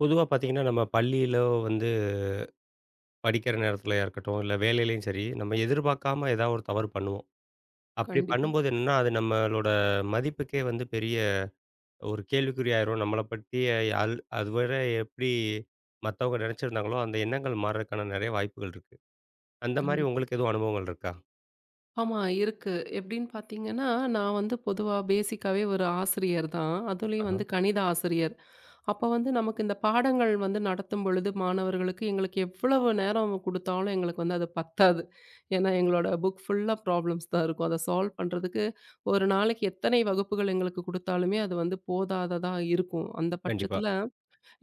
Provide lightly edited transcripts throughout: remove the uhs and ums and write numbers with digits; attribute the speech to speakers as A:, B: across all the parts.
A: பொதுவா பார்த்தீங்கன்னா, நம்ம பள்ளியில வந்து படிக்கிற நேரத்துலயா இருக்கட்டும், இல்ல வேலையிலயும் சரி, நம்ம எதிர்பார்க்காம ஏதாவது ஒரு தவறு பண்ணுவோம். அப்படி
B: கண்டிப்பா,
A: பண்ணும்போது என்னன்னா, அது நம்மளோட மதிப்புக்கே வந்து பெரிய ஒரு கேள்விக்குறியாயிரும். நம்மள பத்தி அதுவரை எப்படி மத்தவங்க நெனச்சிருந்தாங்களோ, அந்த எண்ணங்கள் மாறுறதுக்கான நெறைய வாய்ப்புகள் இருக்கு. அந்த மாரி
B: கண்டிப்பா.
A: உங்களுக்கு எதுவும் அனுபவங்கள் இருக்கா?
B: ஆமா, இருக்கு. எப்படின்னு பார்த்தீங்கன்னா, நான் வந்து பொதுவா பேசிக்காவே ஒரு ஆசிரியர் தான். அதுலயும்
A: ஆஹா,
B: வந்து கணித ஆசிரியர். அப்ப வந்து நமக்கு இந்த பாடங்கள் வந்து நடத்தும் பொழுது மாணவர்களுக்கு எங்களுக்கு எவ்வளவு நேரம் குடுத்தாலும் எங்களுக்கு வந்து அது பத்தாது. ஏன்னா எங்களோட புக் ஃபுல்லா ப்ராப்ளம்ஸ் தான் இருக்கும். அத சால்வ் பண்றதுக்கு ஒரு நாளைக்கு எத்தனை வகுப்புகள் எங்களுக்கு குடுத்தாலுமே அது வந்து போதாததா இருக்கும். அந்த
A: கண்டிப்பா.
B: பட்சத்துல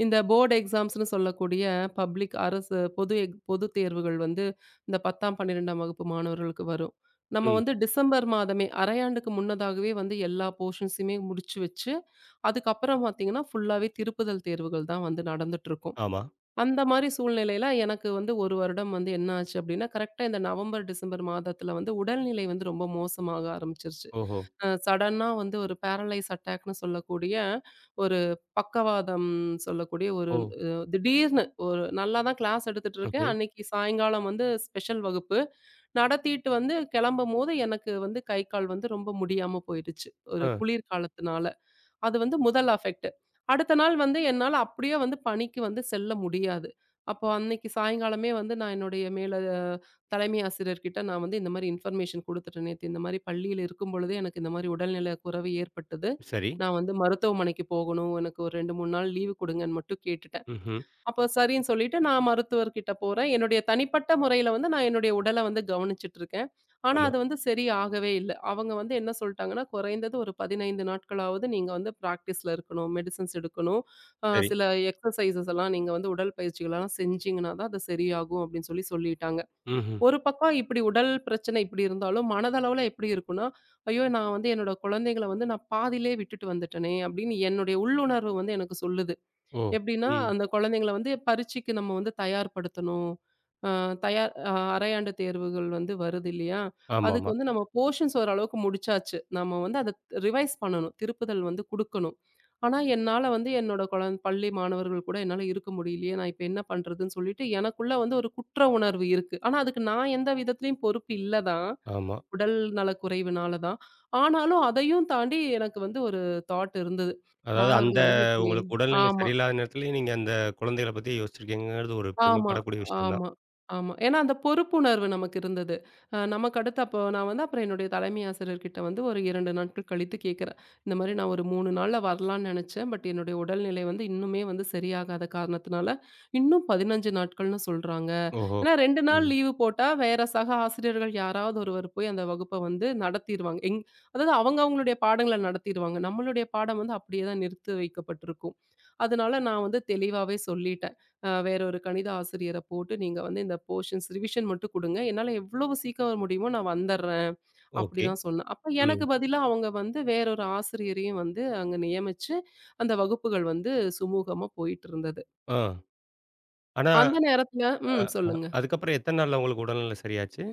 B: இந்த போர்டு எக்ஸாம்ஸ்ன்னு சொல்லக்கூடிய பப்ளிக் அரசு பொது தேர்வுகள் வந்து இந்த 10ஆம், 12ஆம் வகுப்பு மாணவர்களுக்கு வரும். நம்ம
A: ம்.
B: வந்து டிசம்பர் மாதமே அரையாண்டுக்கு முன்னதாகவே வந்து எல்லா போர்ஷன்ஸையுமே முடிச்சு வச்சு, அதுக்கப்புறம் பார்த்தீங்கன்னா, ஃபுல்லாவே திருப்புதல் தேர்வுகள் தான் வந்து நடந்துட்டுருக்கும்.
A: ஆமா.
B: அந்த மாரி சூழ்நிலையில எனக்கு வந்து 1 வருடம் வந்து என்ன ஆச்சு அப்டின்னா, கரெக்ட்டா இந்த நவம்பர், டிசம்பர் மாதத்துல வந்து உடல்நிலை வந்து ரொம்ப மோசமாக ஆரம்பிச்சிருச்சு.
A: ஓஹோ!
B: சடனா வந்து ஒரு பேரலைஸ் அட்டாக்ன்னு சொல்லக்கூடிய, ஒரு பக்கவாதம் சொல்லக்கூடிய ஒரு
A: ஓ!
B: அ திடீர்னு ஒரு நல்லா தான் கிளாஸ் எடுத்துட்டு இருக்கேன்.
A: ம்ஹ்ம்.
B: அன்னைக்கு சாயங்காலம் வந்து ஸ்பெஷல் வகுப்பு. நடத்திட்டு வந்து கிளம்பும்போது எனக்கு வந்து கை, கால் வந்து ரொம்ப முடியாம போயிடுச்சு. ஒரு
A: ஆ.
B: குளிர் காலத்தினால. அது வந்து முதல் அஃபெக்ட். அடுத்த நாள் வந்து என்னால அப்படியே வந்து பணிக்கு வந்து செல்ல முடியாது. அப்போ அன்னைக்கு சாயங்காலமே வந்து நான் என்னுடைய மேல தலைமை ஆசிரியர்கிட்ட நான் வந்து இந்த மாரி இன்ஃபர்மேஷன் குடுத்துட்டேன். நேத்து இந்த மாரி பள்ளியில இருக்கும்பொழுதே எனக்கு இந்த மாரி உடல்நல குறைவு ஏற்பட்டது.
A: சரி.
B: நான் வந்து மருத்துவமனைக்கு போகணும். எனக்கு ஒரு 2, 3 நாள் லீவு குடுங்கன்னு மட்டும் கேட்டுட்டேன்.
A: ம்ஹ்ம்.
B: அப்போ சரின்னு சொல்லிட்டு நான் மருத்துவர்கிட்ட போறேன். என்னுடைய தனிப்பட்ட முறையில வந்து நான் என்னுடைய உடல வந்து கவனிச்சுட்டு இருக்கேன். ஆனா
A: ஆமா.
B: அது வந்து சரி ஆகவே இல்ல. அவங்க வந்து என்ன சொல்ட்டாங்கன்னா, குறைந்தது ஒரு 15 நாட்களாவது நீங்க வந்து பிராக்டிஸ்ல இருக்கணும். மெடிசின்ஸ் எடுக்கணும்.
A: சரி.
B: சில எக்ஸர்சைஸஸ் எல்லாம் நீங்க வந்து உடல் பயிற்சிகள்லாம் செஞ்சீங்கன்னா தான் அது சரியாகும் அப்படின்னு சொல்லிட்டாங்க.
A: ம்ஹ்ம்.
B: ஒரு பக்கம் இப்படி உடல் பிரச்சனை இப்படி இருந்தாலும், மனதளவுல எப்படி இருக்கும்னா, ஐயோ! நான் வந்து என்னோட குழந்தைங்கள வந்து நான் பாதியிலே விட்டுட்டு வந்துட்டேனே அப்படின்னு என்னுடைய உள்ளுணர்வு வந்து எனக்கு சொல்லுது.
A: ஓ!
B: எப்படின்னா,
A: ம்.
B: அந்த குழந்தைங்கள வந்து பரீட்சைக்கு நம்ம வந்து தயார்படுத்தணும். அ தயார் அ அரையாண்டு தேர்வுகள் வந்து வருது இல்லையா? அதுக்கு
A: ஆமாமா.
B: வந்து நம்ம போர்ஷன்ஸ் ஓரளவுக்கு முடிச்சாச்சு. நம்ம வந்து அத ரிவைஸ் பண்ணணும். திருப்புதல் வந்து குடுக்கணும். ஆனா, என்னால வந்து என்னோட குழந் பள்ளி மாணவர்கள் கூட என்னால இருக்க முடியலையே! நான் இப்ப என்ன பண்றதுன்னு சொல்லிட்டு, எனக்குள்ள வந்து ஒரு குற்ற உணர்வு இருக்கு. ஆனா, அதுக்கு நான் எந்த விதத்திலயும் பொறுப்பு இல்ல தான்.
A: ஆமா.
B: உடல் நலக்குறைவுனால தான். ஆனாலும் அதையும் தாண்டி எனக்கு வந்து ஒரு தாட் இருந்தது.
A: அதாவது
B: மாணவர்கள வந்து இப்படி
A: உங்களுக்கு உடல்நிலை
B: ஆமா.
A: சரியில்லாத நேரத்திலயும் நீங்க அந்த குழந்தைகள பத்தி யோசிச்சிருக்கீங்கங்கிறது ஒரு
B: ஆமா,
A: பெருமைப்படக்கூடிய விஷயம் தான்.
B: ஆமா, ஆமா. ஏன்னா அந்த பொறுப்புணர்வு நமக்கு இருந்தது. நமக்கு அடுத்து அப்போ நான் வந்து அப்புறம் என்னுடைய தலைமை ஆசிரியர்கிட்ட வந்து ஒரு 2 நாட்கள் கழித்து கேட்கிறேன். இந்த மாரி நான் ஒரு 3 நாள்ல வரலான்னு நெனச்சேன். பட் என்னுடைய உடல்நிலை வந்து இன்னுமே வந்து சரியாகாத காரணத்தினால, இன்னும் 15 நாட்கள்னு சொல்றாங்க.
A: ஓஹோ!
B: ஏன்னா 2 நாள்
A: ம்.
B: லீவு போட்டா வேற சக ஆசிரியர்கள் யாராவது ஒருவர் போய் அந்த வகுப்ப வந்து நடத்திருவாங்க. அதாவது அவங்க அவங்களுடைய பாடங்கள நடத்திருவாங்க. நம்மளுடைய பாடம் வந்து அப்படியே தான் நிறுத்தி வைக்கப்பட்டிருக்கும். அதனால நான் வந்து தெளிவாவே சொல்லிட்டேன். வேற ஒரு கணித ஆசிரியர போட்டு நீங்க வந்து இந்த போர்ஷன்ஸ் ரிவிஷன் மட்டும் குடுங்க. என்னால எவ்வளவு சீக்கிரம் வர முடியுமோ நான் வந்துர்றேன்.
A: ஓகே.
B: அப்படிதான் சொன்னேன். அப்ப
A: ம்.
B: எனக்கு பதிலா அவங்க வந்து வேற ஒரு ஆசிரியரையும் வந்து அங்க நியமிச்சு, அந்த வகுப்புகள் வந்து சுமூகமா போயிட்டு இருந்தது.
A: ஆ. ஆனா,
B: அந்த நேரத்துல
A: அ
B: ம்
A: அ
B: சொல்லுங்க.
A: அதுக்கப்புறம் எத்தன நாள்ல உங்களுக்கு உடல்நிலை சரியாச்சு?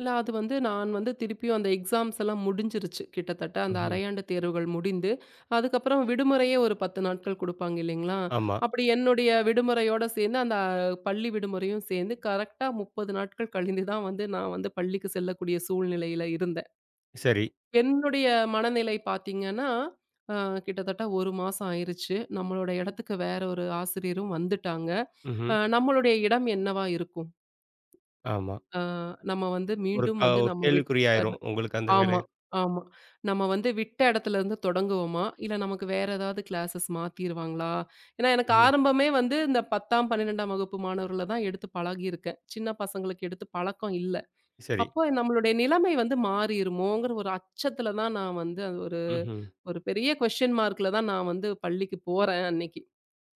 B: இல்ல அது வந்து நான் வந்து திருப்பியும் அந்த எக்ஸாம்ஸ் எல்லாம் முடிஞ்சிருச்சு கிட்டத்தட்ட அந்த
A: ம்ஹ்ம்.
B: அரையாண்டு தேர்வுகள் முடிந்து அதுக்கப்புறம் விடுமுறையே ஒரு 10 நாட்கள் கொடுப்பாங்க இல்லைங்களா.
A: ஆமா.
B: அப்படி என்னுடைய விடுமுறையோட சேர்ந்து அந்த பள்ளி விடுமுறையும் சேர்ந்து கரெக்டாக 30 நாட்கள் கழிந்து தான் வந்து நான் வந்து பள்ளிக்கு செல்லக்கூடிய சூழ்நிலையில இருந்தேன்.
A: சரி.
B: என்னுடைய மனநிலை பார்த்தீங்கன்னா கிட்டத்தட்ட ஒரு மாசம் ஆயிருச்சு. நம்மளோட இடத்துக்கு வேற ஒரு ஆசிரியரும் வந்துட்டாங்க.
A: ம்ஹ்ம்.
B: நம்மளுடைய இடம் என்னவா இருக்கும்.
A: ஆமா.
B: நம்ம வந்து மீண்டும் வந்து
A: ஒரு
B: நம்ம விட்
A: கேள்விக்குறியாயிரும். உங்களுக்கு அந்த வேலை.
B: ஆமா, ஆமா. நம்ம வந்து விட்ட இடத்துலருந்து தொடங்குவோமா? இல்ல நமக்கு வேற ஏதாவது கிளாஸஸ் மாத்திருவாங்களா? ஏன்னா எனக்கு
A: ம்.
B: ஆரம்பமே வந்து இந்த 10ஆம், 12ஆம் வகுப்பு மாணவர்கள தான் எடுத்து பழகியிருக்கேன். சின்ன பசங்களுக்கு எடுத்து பழக்கம் இல்ல.
A: சரி.
B: அப்போ நம்மளுடைய நிலைமை வந்து மாறிருமோங்கிற ஒரு அச்சத்துல தான் நான் வந்து அது ஒரு
A: ம்ஹ்ம்.
B: ஒரு பெரிய கொஸ்டின் மார்க்ல தான் நான் வந்து பள்ளிக்கு போறேன் அன்னைக்கு.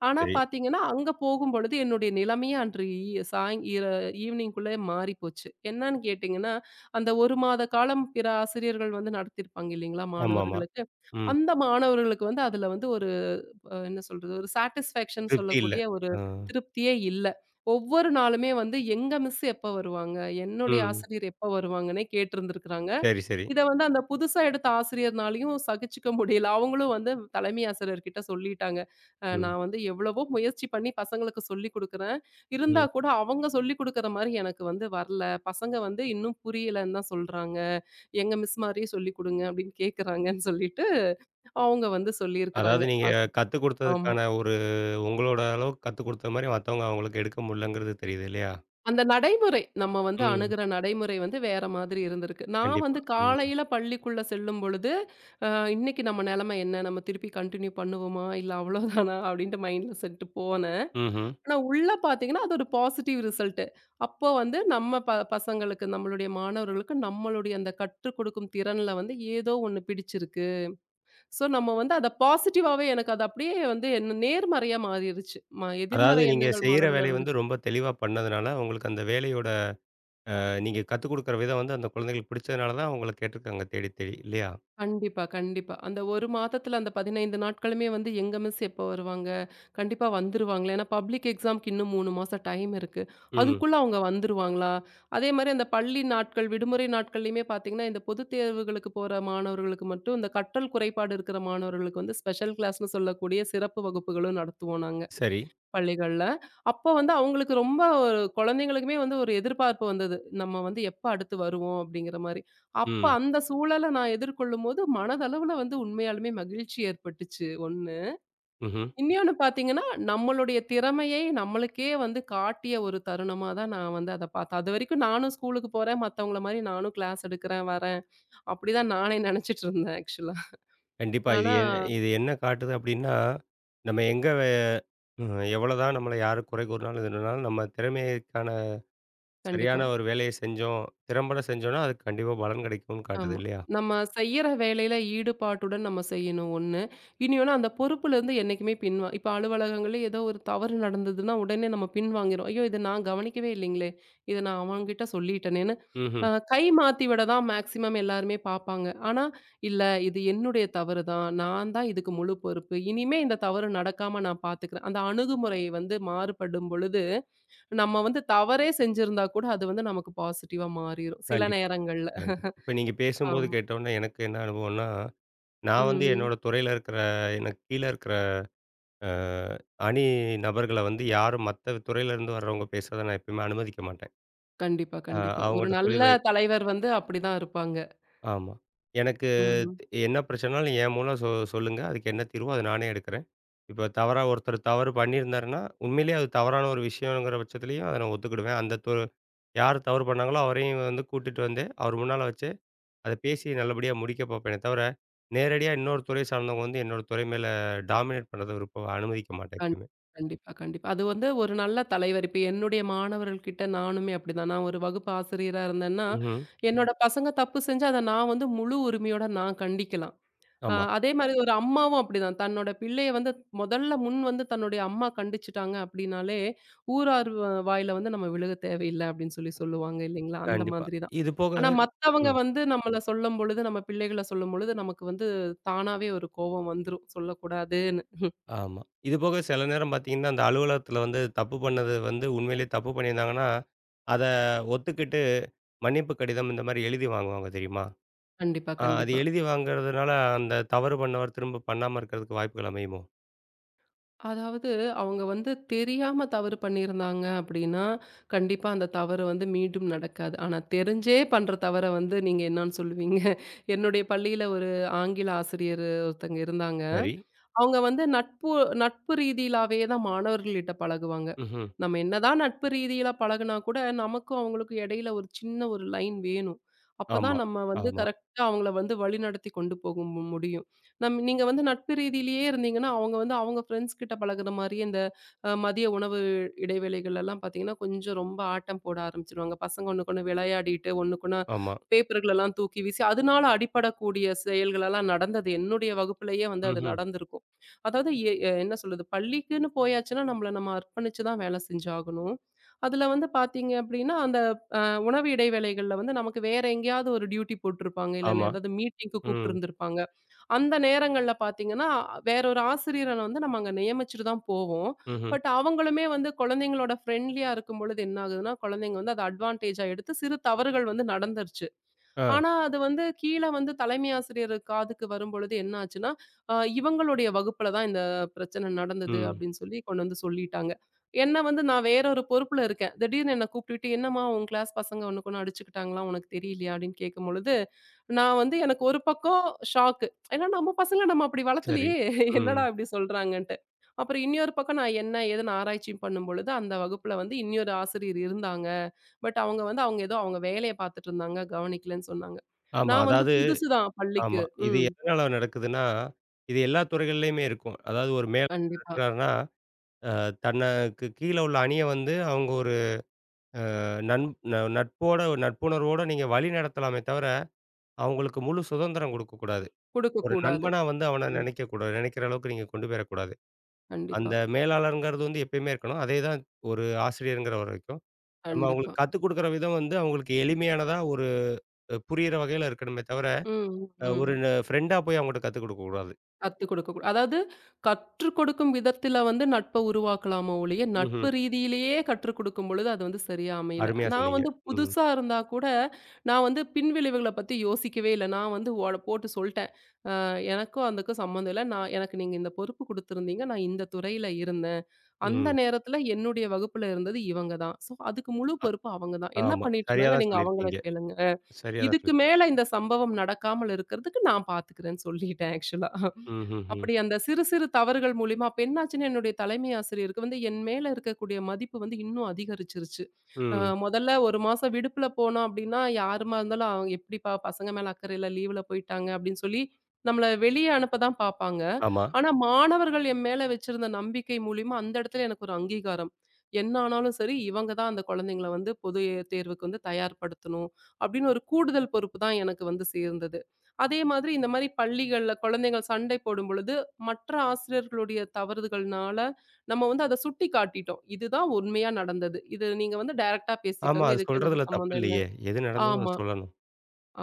B: ஆனா
A: சரி.
B: பாத்தீங்கன்னா, அங்க போகும்பொழுது என்னுடைய நிலைமையே அன்று ஈ சாய் இர ஈவினிங்குள்ளே மாறி போச்சு. என்னன்னு கேட்டீங்கன்னா, அந்த 1 மாத காலம் பிற ஆசிரியர்கள் வந்து நடத்தியிருப்பாங்க இல்லைங்களா?
A: ஆமாமா.
B: மாணவர்களுக்கு.
A: ம்.
B: அந்த மாணவர்களுக்கு வந்து அதுல வந்து ஒரு அ என்ன சொல்றது? ஒரு சாட்டிஸ்ஃபேக்ஷன்
A: திருப்தி இல்ல.
B: சொல்லக்கூடிய ஒரு
A: ஆ.
B: திருப்தியே இல்ல. ஒவ்வொரு நாளுமே வந்து எங்க மிஸ் எப்ப வருவாங்க? என்னுடைய
A: ம்.
B: ஆசிரியர் எப்ப வருவாங்கன்னே கேட்டிருந்திருக்கிறாங்க.
A: சரி, சரி.
B: இத வந்து அந்த புதுசா எடுத்த ஆசிரியர்னாலயும் சகிச்சுக்க முடியல. அவங்களும் வந்து தலைமை ஆசிரியர்கிட்ட சொல்லிட்டாங்க.
A: ம்.
B: நான் வந்து எவ்வளவோ முயற்சி பண்ணி பசங்களுக்கு சொல்லிக் குடுக்குறேன். இருந்தா
A: ம்.
B: கூட அவங்க சொல்லிக் குடுக்குற மாரி எனக்கு வந்து வரல. பசங்க வந்து இன்னும் புரியலன்னு தான் சொல்றாங்க. எங்க மிஸ் மாரியே சொல்லிக் குடுங்க அப்படின்னு கேட்கறாங்கன்னு சொல்லிட்டு அவங்க வந்து
A: அதாவது
B: சொல்லியிருக்கிறாங்க.
A: நீங்க கத்துக்
B: ஆமா.
A: குடுத்ததுக்கான ஒரு உங்களோட அளவுக்கு கத்துக் குடுத்த மாரி மத்தவங்க அவங்களுக்கு எடுக்க முடியலங்கிறது தெரியுது இல்லையா?
B: அந்த நடைமுறை, நம்ம வந்து
A: ம்.
B: அணுகுற நடைமுறை வந்து வேற மாதிரி இருந்திருக்கு. நான்
A: கண்டிப்பா.
B: வந்து
A: ம்.
B: காலையில பள்ளிக்குள்ள செல்லும்பொழுது, அ இன்னைக்கு நம்ம நெலைமை என்ன? நம்ம திருப்பி கன்டின்யூ பண்ணுவோமா? இல்ல அவ்வளோதானா? அப்படின்ட்டு மைண்ட்ல செட்டு போனேன்.
A: ம்ஹ்ம்.
B: ஆனா உள்ள பார்த்தீங்கன்னா, அது ஒரு பாசிட்டிவ் ரிசல்ட்டு. அப்போ வந்து நம்ம ப பசங்களுக்கு, நம்மளுடைய மாணவர்களுக்கு நம்மளுடைய அந்த கற்றுக் கொடுக்கும் திறன்ல வந்து ஏதோ ஒண்ணு பிடிச்சிருக்கு. ஸோ நம்ம வந்து அத பாசிட்டிவாவே எனக்கு அது அப்படியே வந்து என்ன நேர்மறையா மாறிருச்சு.
A: அதாவது
B: எதிர்மறை
A: நீங்க
B: எண்ணங்கள்
A: செய்ற
B: மனதுல
A: வேலைய
B: இருந்துச்சு.
A: வந்து ரொம்ப தெளிவா பண்ணதுனால, உங்களுக்கு அந்த வேலையோட நீங்க கத்துக் குடுக்குற விதம் வந்து அந்த குழந்தைகளுக்கு பிடிச்சதுனால தான் அவங்கள கேட்டுருக்காங்க தேடி தேடி இல்லையா?
B: கண்டிப்பா, கண்டிப்பா. அந்த 1 மாதத்துல அந்த 15 நாட்களுமே வந்து எங்க மிஸ் எப்போ வருவாங்க? கண்டிப்பா வந்துருவாங்களா? ஏன்னா பப்ளிக் எக்ஸாம்க்கு இன்னும் 3 மாசம் டைம் இருக்கு.
A: ம்.
B: அதுக்குள்ள அவங்க வந்துருவாங்களா? அதே மாரி அந்த பள்ளி நாட்கள், விடுமுறை நாட்கள்லயுமே பார்த்தீங்கன்னா, இந்த பொதுத் தேர்வுகளுக்கு போற மாணவர்களுக்கு மட்டும் இந்த கற்றல் குறைபாடு இருக்கிற மாணவர்களுக்கு வந்து ஸ்பெஷல் கிளாஸ்ன்னு சொல்லக்கூடிய சிறப்பு வகுப்புகளும் நடத்துவோம் நாங்க.
A: சரி.
B: பள்ளிகள்ல. அப்போ வந்து அவங்களுக்கு ரொம்ப ஒரு குழந்தைங்களுக்குமே வந்து ஒரு எதிர்பார்ப்பு வந்தது. நம்ம வந்து எப்ப அடுத்து வருவோம் அப்படிங்கிற மாரி. அப்ப
A: ம்.
B: அந்த சூழல நான் எதிர்கொள்ளும்போது மனதளவுல வந்து உண்மையாலுமே மகிழ்ச்சி ஏற்பட்டுச்சு, ஒண்ணு.
A: ம்ஹ்ம்.
B: இன்னொன்னு பார்த்தீங்கன்னா, நம்மளுடைய திறமையை நம்மளுக்கே வந்து காட்டிய ஒரு தருணமா தான் நான் வந்து அத பார்த்தேன். அதுவரைக்கும் நானும் ஸ்கூலுக்கு போறேன், மத்தவங்கள மாரி நானும் கிளாஸ் எடுக்கிறேன், வரேன். அப்படிதான் நானே நெனச்சிட்டு இருந்தேன் ஆக்சுவலா.
A: கண்டிப்பா.
B: ஆனா
A: இது என்ன காட்டுது அப்டின்னா, நம்ம எங்க வே ம் எவ்வளோதான் நம்மள யாரு குறை கூறினாலும், இதுனாலும் நம்ம திறமைக்கான
B: கண்டிப்பா.
A: சரியான ஒரு வேலைய செஞ்சோம், திறம்பட செஞ்சோம்னா, அதுக்கு கண்டிப்பா பலன் கிடைக்கும்னு காட்டுது
B: ஆமா.
A: இல்லையா?
B: நம்ம செய்யற வேலையில ஈடுபாட்டுடன் நம்ம செய்யணும் ஒண்ணு. இனியொன்னு அந்த பொறுப்புலேருந்து என்னைக்குமே இப்ப அலுவலகங்கள்ல ஏதோ ஒரு தவறு நடந்ததுன்னா, உடனே நம்ம பின்வாங்கிறோம். "ஐயோ! இத நான் கவனிக்கவே இல்லைங்களே! இத நான் அவன்கிட்ட சொல்லிட்டனேன்னு"
A: ம்ஹ்ம்.
B: கை மாத்தி விட தான் மேக்ஸிமம் எல்லாருமே பார்ப்பாங்க. ஆனா, "இல்ல இது என்னுடைய தவறு தான். நான் தான் இதுக்கு முழு பொறுப்பு. இனிமே இந்த தவறு நடக்காம நான் பார்த்துக்கிறேன்." அந்த அணுகுமுறை வந்து மாறுபடும் பொழுது, நம்ம வந்து தவறே செஞ்சிருந்தா கூட, அது வந்து நமக்கு பாசிட்டிவா மாறிரும். சில
A: கண்டிப்பா,
B: நேரங்கள்ல.
A: கண்டிப்பா. இப்ப நீங்க பேசும்போது
B: ஆமா.
A: கேட்டோனே எனக்கு என்ன அனுபவம்னா, நான் வந்து
B: ம்ஹ்ம்.
A: என்னோட துறையில இருக்கிற எனக்கு கீழ இருக்கிற அ அணி நபர்கள வந்து யாரும் மத்த துறையில இருந்து வர்றவங்க பேசுறத நான் எப்பயுமே அனுமதிக்க மாட்டேன்.
B: கண்டிப்பா,
A: அ
B: கண்டிப்பா. ஒரு
A: அவங்கட்ட
B: நல்ல
A: சொல்லிருவேன்.
B: தலைவர் வந்து அப்படிதான் இருப்பாங்க.
A: ஆமா. எனக்கு
B: ம்ஹ்ம்.
A: என்ன பிரச்சனைனாலும் என் மூலம் சொல்லுங்க. அதுக்கு என்ன தீர்வோ அத நானே எடுக்கிறேன். இப்ப தவறா ஒருத்தர் தவறு பண்ணியிருந்தாருன்னா, உண்மையிலேயே அது தவறான ஒரு விஷயங்கிற பட்சத்திலயும் அத நான் ஒத்துக்கிடுவேன். அந்த தொ யார் தவறு பண்ணாங்களோ அவரையும் வந்து கூட்டிட்டு வந்து, அவர் முன்னால வச்சு அத பேசி நல்லபடியா முடிக்க பார்ப்பேனே தவிர, நேரடியா இன்னொரு துறை சார்ந்தவங்க வந்து என்னோட துறை மேல டாமினேட் பண்றத அனுமதிக்க மாட்டேன்
B: கண்
A: எப்பயுமே.
B: கண்டிப்பா, கண்டிப்பா. அது வந்து ஒரு நல்ல தலைவர். இப்ப என்னுடைய மாணவர்கள்கிட்ட நானுமே அப்படிதான். நான் ஒரு வகுப்பு ஆசிரியரா இருந்தேன்னா, ம்.
A: ம்ஹ்ம்.
B: என்னோட பசங்க தப்பு செஞ்சா, அத நான் வந்து முழு உரிமையோட நான் கண்டிக்கலாம்.
A: ஆமா.
B: அதே மாரி ஒரு அம்மாவும் அப்படிதான். தன்னோட பிள்ளைய வந்து முதல்ல முன் வந்து தன்னுடைய அம்மா கண்டிச்சுட்டாங்க அப்படின்னாலே, ஊரார் வ வாயில வந்து நம்ம விழுக தேவையில்ல அப்படின்னு சொல்லுவாங்க இல்லைங்களா? அந்த
A: கண்டிப்பா.
B: மாதிரி தான்.
A: இது போக.
B: ஆனா மத்தவங்க
A: ம்.
B: வந்து நம்மள சொல்லும்பொழுது, நம்ம பிள்ளைகள சொல்லும்பொழுது, நமக்கு வந்து தானாவே ஒரு கோபம் வந்துரும் சொல்லக்கூடாதுன்னு.
A: ஆமா. இதுபோக சில நேரம் பார்த்தீங்கன்னா, அந்த அலுவலகத்தில வந்து தப்பு பண்ணது வந்து உண்மையிலேயே தப்பு பண்ணியிருந்தாங்கன்னா, அத ஒத்துக்கிட்டு மன்னிப்பு கடிதம் இந்த மாரி எழுதி வாங்குவாங்க தெரியுமா?
B: கண்டிப்பா,
A: அது
B: கண்டிப்பா.
A: எழுதி வாங்குறதுனால அந்த தவறு பண்ணவர் திரும்ப பண்ணாம இருக்கிறதுக்கு வாய்ப்புகள் அமையுமோ?
B: அதாவது அவங்க வந்து தெரியாம தவறு பண்ணியிருந்தாங்க அப்படின்னா, கண்டிப்பா அந்த தவறு வந்து மீண்டும் நடக்காது. ஆனா தெரிஞ்சே பண்ற தவற வந்து நீங்க என்னான்னு சொல்லுவீங்க? என்னுடைய பள்ளியில ஒரு ஆங்கில ஆசிரியர் ஒருத்தங்க இருந்தாங்க.
A: சரி.
B: அவங்க வந்து நட்பு நட்பு ரீதியிலாவே தான் மாணவர்கள்ட்ட பழகுவாங்க.
A: ம்ஹ்ம்.
B: நம்ம என்னதான் நட்பு ரீதியில பழகுனா கூட, நமக்கும் அவங்களுக்கும் இடையில ஒரு சின்ன ஒரு லைன் வேணும்.
A: ஆமா,
B: அப்பதான் நம்ம வந்து
A: ஆமா,
B: கரெக்ட்டா அவங்கள வந்து வழிநடத்தி கொண்டு போக முடியும். நீங்க வந்து நட்பு ரீதியிலேயே இருந்தீங்கன்னா, அவங்க வந்து அவங்க ஃப்ரெண்ட்ஸ் கிட்ட பழகுற மாரியே இந்த மதிய உணவு இடைவேளைகள் எல்லாம் பார்த்தீங்கன்னா, கொஞ்சம் ரொம்ப ஆட்டம் போட ஆரம்பிச்சுருவாங்க. பசங்க ஒண்ணுக்கொண்ணு விளையாடிட்டு, ஒண்ணுக்கொண்ணு
A: ஆமா.
B: பேப்பர்களெல்லாம் தூக்கி வீசி, அதனால அடிபடக்கூடிய செயல்களெல்லாம் நடந்தது. என்னுடைய வகுப்பிலேயே வந்து அது
A: ம்ஹ்ம்.
B: நடந்திருக்கும். அதாவது என்ன சொல்றது? பள்ளிக்குன்னு போயாச்சுன்னா நம்மள நம்ம அர்ப்பணிச்சு தான் வேலை செஞ்சாகணும். அதுல வந்து பாத்தீங்க அப்படின்னா அந்த உணவு இடைவேளைகள்ல வந்து நமக்கு வேற எங்கேயாவது ஒரு டியூட்டி போட்டிருப்பாங்க இல்லைன்னா
A: ஆமா.
B: ஏதாவது மீட்டிங்க்கு கூப்பிட்டு
A: ம்.
B: இருந்திருப்பாங்க. அந்த நேரங்கள்ல பாத்தீங்கன்னா வேற ஒரு ஆசிரியரை வந்து நம்ம அங்க நியமிச்சுட்டு தான் போவோம்.
A: ம்ஹ்ம்.
B: பட் அவங்களுமே வந்து குழந்தைங்களோட ஃப்ரெண்ட்லியா இருக்கும் பொழுது என்ன ஆகுதுன்னா குழந்தைங்க வந்து அதை அட்வான்டேஜா எடுத்து சிறு தவறுகள் வந்து நடந்துருச்சு.
A: ஆ.
B: ஆனா, அது வந்து கீழ வந்து தலைமை ஆசிரியர் காதுக்கு வரும்பொழுது என்ன ஆச்சுன்னா, இவங்களுடைய வகுப்புல தான் இந்த பிரச்சனை நடந்தது
A: ம்.
B: அப்படின்னு சொல்லி கொண்டு வந்து சொல்லிட்டாங்க. என்ன வந்து நான் வேற ஒரு பொறுப்புல இருக்கேன். திடீர்னு என்ன கூப்பிட்டுட்டு, "என்னம்மா உன் கிளாஸ் பசங்க ஒண்ணுக்கு ஒண்ணு அடிச்சுக்கிட்டாங்களா? உனக்கு தெரியலையா?" அப்படின்னு கேட்கும்பொழுது, நான் வந்து எனக்கு ஒரு பக்கம் ஷாக்கு. ஏன்னா நம்ம பசங்கள நம்ம அப்படி
A: சரி.
B: வளர்த்தலையே!
A: ம்.
B: என்னடா இப்படி சொல்றாங்கன்ட்டு. அப்புறம் இன்னொரு பக்கம் நான் என்ன, ஏதுன்னு ஆராய்ச்சியும் பண்ணும்பொழுது, அந்த வகுப்புல வந்து இன்னொரு ஆசிரியர் இருந்தாங்க. பட் அவங்க வந்து அவங்க ஏதோ அவங்க வேலைய பார்த்துட்டு இருந்தாங்க, கவனிக்கலன்னு சொன்னாங்க.
A: ஆமா.
B: நான் வந்து
A: அதாவது.
B: புதுசு தான்
A: ஆமா.
B: பள்ளிக்கு.
A: இது
B: ம்.
A: எதனால நடக்குதுன்னா, இது எல்லா துறைகள்லயுமே இருக்கும். அதாவது ஒரு மேலாளர்
B: கண்டிப்பா.
A: இருக்கிறாருன்னா, அ தனக்கு கீழ உள்ள அணிய வந்து அவங்க ஒரு நண் ந நட்போட நட்புணர்வோட நீங்க வழி நடத்தலாமே தவிர, அவங்களுக்கு முழு சுதந்திரம் குடுக்கக்கூடாது. ஒரு
B: குடுக்கக்கூடாது.
A: நண்பனா வந்து அவன
B: ஆமா.
A: நினைக்கக்கூடாது. நினைக்கிற அளவுக்கு நீங்க கொண்டு போயிறக்கூடாது.
B: கண்டிப்பா,
A: அந்த மேலாளர்ங்கிறது வந்து எப்பயுமே இருக்கணும். அதே தான் ஒரு ஆசிரியர்ங்கிற வரைக்கும். நம்ம
B: கண்டிப்பா.
A: அவங்களுக்கு கத்துக் குடுக்குற விதம் வந்து அவங்களுக்கு எளிமையானதா ஒரு புரியிற வகையில இருக்கணுமே தவிர,
B: ம்,
A: ஒரு
B: ம்.
A: ஃப்ரெண்டா போய் அவங்கட்ட கத்துக் குடுக்கக்கூடாது.
B: கத்துக் கொடுக்கக்கூட அதாவது கற்றுக் கொடுக்கும் விதத்தில வந்து நட்ப உருவாக்கலாமோ ஒழிய,
A: ம்ஹ்ம்.
B: நட்பு ரீதியிலேயே கற்றுக் கொடுக்கும் பொழுது அது வந்து சரியா அமையல.
A: அருமையா
B: நான்
A: சொன்னீங்க.
B: வந்து
A: ம்.
B: புதுசா இருந்தா கூட, நான் வந்து பின்விளைவுகள பத்தி யோசிக்கவே இல்ல. நான் வந்து ஓட போட்டு சொல்ட்டேன். எனக்கும் அதுக்கும் சம்மந்தம் இல்ல. நான் எனக்கு நீங்க இந்த பொறுப்பு குடுத்துருந்தீங்க. நான் இந்த துறையில இருந்தேன். அந்த
A: ம்.
B: நேரத்துல என்னுடைய வகுப்புல இருந்தது இவங்க தான். ஸோ, அதுக்கு முழு பொறுப்பு அவங்க தான். என்ன
A: ஆமா.
B: பண்ணிட்டு
A: சரியா
B: இருந்தாங்க
A: தான்
B: நீங்க அவங்கள
A: சொல்லியிருக்கீங்க.
B: கேளுங்க.
A: சரியா தான்
B: இதுக்கு
A: சொல்லியிருக்கீங்க.
B: மேல இந்த சம்பவம் நடக்காமல் இருக்கிறதுக்கு நான் பார்த்துக்கிறேன்னு சொல்லிட்டேன் ஆக்சுவலா.
A: ம்ஹ்ஹ்ம். ம்.
B: அப்படி அந்த சிறு சிறு தவறுகள் மூலியமா அப்ப என்னாச்சுன்னா, என்னுடைய தலைமை ஆசிரியருக்கு வந்து என் மேல இருக்கக்கூடிய மதிப்பு வந்து இன்னும் அதிகரிச்சிருச்சு. அ
A: ம். ம்.
B: முதல்ல 1 மாசம் விடுப்புல போனோம் அப்படின்னா, யாருமா இருந்தாலும் அவங்க "எப்படிப்பா பசங்க மேல அக்கறை இல்ல, லீவுல போயிட்டாங்க" அப்படின்னு சொல்லி நம்மள வெளிய அனுப்ப தான் பார்ப்பாங்க.
A: ஆமா.
B: ஆனா மாணவர்கள் என் மேல வச்சிருந்த நம்பிக்கை மூலியமா அந்த இடத்துல எனக்கு ஒரு அங்கீகாரம். என்ன ஆனாலும் சரி, இவங்க தான் அந்த குழந்தைங்கள வந்து பொது தேர்வுக்கு வந்து தயார்படுத்தணும் அப்படின்னு ஒரு கூடுதல் பொறுப்பு தான் எனக்கு வந்து சேர்ந்தது. அதே மாதிரி இந்த மாதிரி பள்ளிகள்ல குழந்தைகள் சண்டை போடும் பொழுது, மற்ற ஆசிரியர்களுடைய தவறுகள்னால, நம்ம வந்து அத சுட்டி காட்டிட்டோம். இதுதான் உண்மையா நடந்தது. இது நீங்க வந்து டைரக்ட்டா
A: ஆமா.
B: பேசிக்கங்க.
A: அது
B: இதுக்கு எனக்கு
A: சொல்றதுல தப்பு
B: சம்மந்தம் இல்ல.
A: இல்லையே! எது நடந்ததோ அத
B: ஆமா,
A: சொல்லணும்.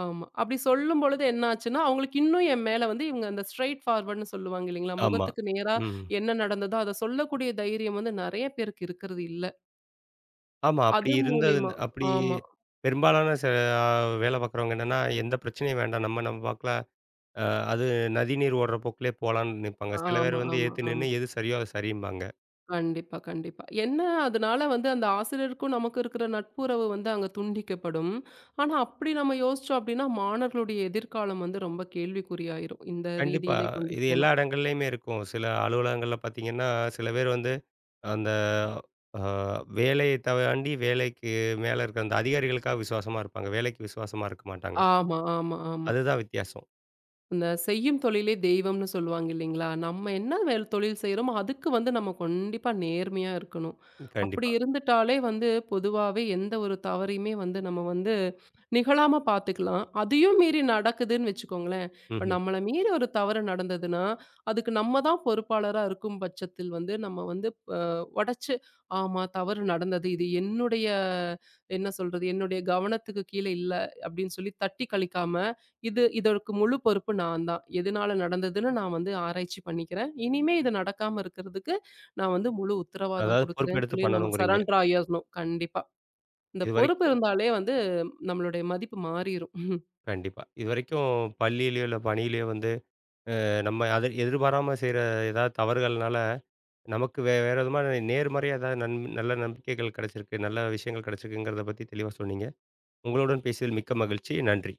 B: ஆமா. அப்படி சொல்லும் பொழுது என்ன ஆச்சுன்னா, அவங்களுக்கு இன்னும் என் மேல வந்து இவங்க அந்த ஸ்ட்ரெய்ட் ஃபார்வர்ட்ன்னு சொல்லுவாங்க இல்லைங்களா?
A: ஆமா.
B: முகத்துக்கு நேரா
A: ம்.
B: என்ன நடந்ததோ அத சொல்லக்கூடிய தைரியம் வந்து நெறைய பேருக்கு இருக்கிறது இல்ல.
A: ஆமா.
B: அது மூலியமா
A: அப்படி
B: ஆமா,
A: பெரும்பாலான ச அ வேலை பார்க்குறவங்க என்னன்னா, எந்த பிரச்சனையும் வேண்டாம். நம்ம நம்ம பாக்கல. அ அது நதிநீர் ஓடுற போக்குலயே போலான்னு நிப்பாங்க. சில
B: ஆமா,
A: பேர் வந்து
B: ஆமா,
A: எதிர்த்து
B: ஆமா.
A: நின்னு எது சரியோ அது சரிம்பாங்க.
B: கண்டிப்பா, கண்டிப்பா. என்ன அதனால வந்து அந்த ஆசிரியருக்கும் நமக்கு இருக்கிற நட்புறவு வந்து அங்க துண்டிக்கப்படும். ஆனா, அப்படி நம்ம யோசிச்சோம் அப்படின்னா, மாணவர்களுடைய எதிர்காலம் வந்து ரொம்ப கேள்விக்குறியாயிரும். இந்த
A: கண்டிப்பா.
B: ரீதியிலே கொண்டு
A: இது எல்லா
B: போனா.
A: இடங்கள்லயுமே இருக்கும். சில அலுவலகங்கள்ல பார்த்தீங்கன்னா, சில பேர் வந்து அந்த அ வேலைய தாண்டி வேலைக்கு மேல இருக்க அந்த அதிகாரிகளுக்காக விசுவாசமா இருப்பாங்க. வேலைக்கு விசுவாசமா இருக்க மாட்டாங்க.
B: ஆமா, ஆமா, ஆமா.
A: அதுதான் வித்தியாசம்.
B: இந்த செய்யும் தொழிலே தெய்வம்னு சொல்லுவாங்க இல்லைங்களா? நம்ம என்ன வேல் தொழில் செய்றோமோ, அதுக்கு வந்து நம்ம கண்டிப்பா நேர்மையா இருக்கணும். அப்படி
A: கண்டிப்பா.
B: இருந்துட்டாலே வந்து பொதுவாவே எந்த ஒரு தவறையுமே வந்து நம்ம வந்து நிகழாம பார்த்துக்கலாம். அதையும் மீறி நடக்குதுன்னு வச்சுக்கோங்களேன், இப்ப
A: ம்ஹ்ம்.
B: நம்மள மீறி ஒரு தவறு நடந்ததுன்னா, அதுக்கு நம்ம தான் பொறுப்பாளரா இருக்கும் பட்சத்தில் வந்து நம்ம வந்து அ உடைச்சு, "ஆமா தவறு நடந்தது. இது என்னுடைய என்ன சொல்றது? என்னுடைய கவனத்துக்கு கீழ இல்ல." அப்படின்னு சொல்லி தட்டி கழிக்காம, இதற்கு முழு பொறுப்பு நான் தான். எதனால நடந்ததுன்னு நான் வந்து ஆராய்ச்சி பண்ணிக்கிறேன். இனிமே இது நடக்காம இருக்கிறதுக்கு நான் வந்து முழு உத்தரவாதம்
A: அதாவது
B: குடுக்குறேன்னு"
A: பொறுப்பெடுத்து
B: சொல்லி நம்ம
A: பண்ணணுங்கிறீங்க.
B: சரண்டர் ஆயிரணும். கண்டிப்பா. இந்த பொறுப்பு
A: இதுவரைக்கும்.
B: இருந்தாலே வந்து நம்மளுடைய மதிப்பு மாறிரும்.
A: கண்டிப்பா. இதுவரைக்கும் பள்ளியிலயோ, இல்ல பணியிலயோ வந்து, நம்ம அத எதிர்பாராம செய்ற ஏதாவது தவறுகள்னால, நமக்கு வேற விதமான நேர்மறையா ஏதாவது நல்ல நம்பிக்கைகள் கிடைச்சிருக்கு, நல்ல விஷயங்கள் கிடைச்சிருக்குங்கிறத பத்தி தெளிவா சொன்னீங்க. உங்களுடன் பேசியதில் மிக்க மகிழ்ச்சி. நன்றி.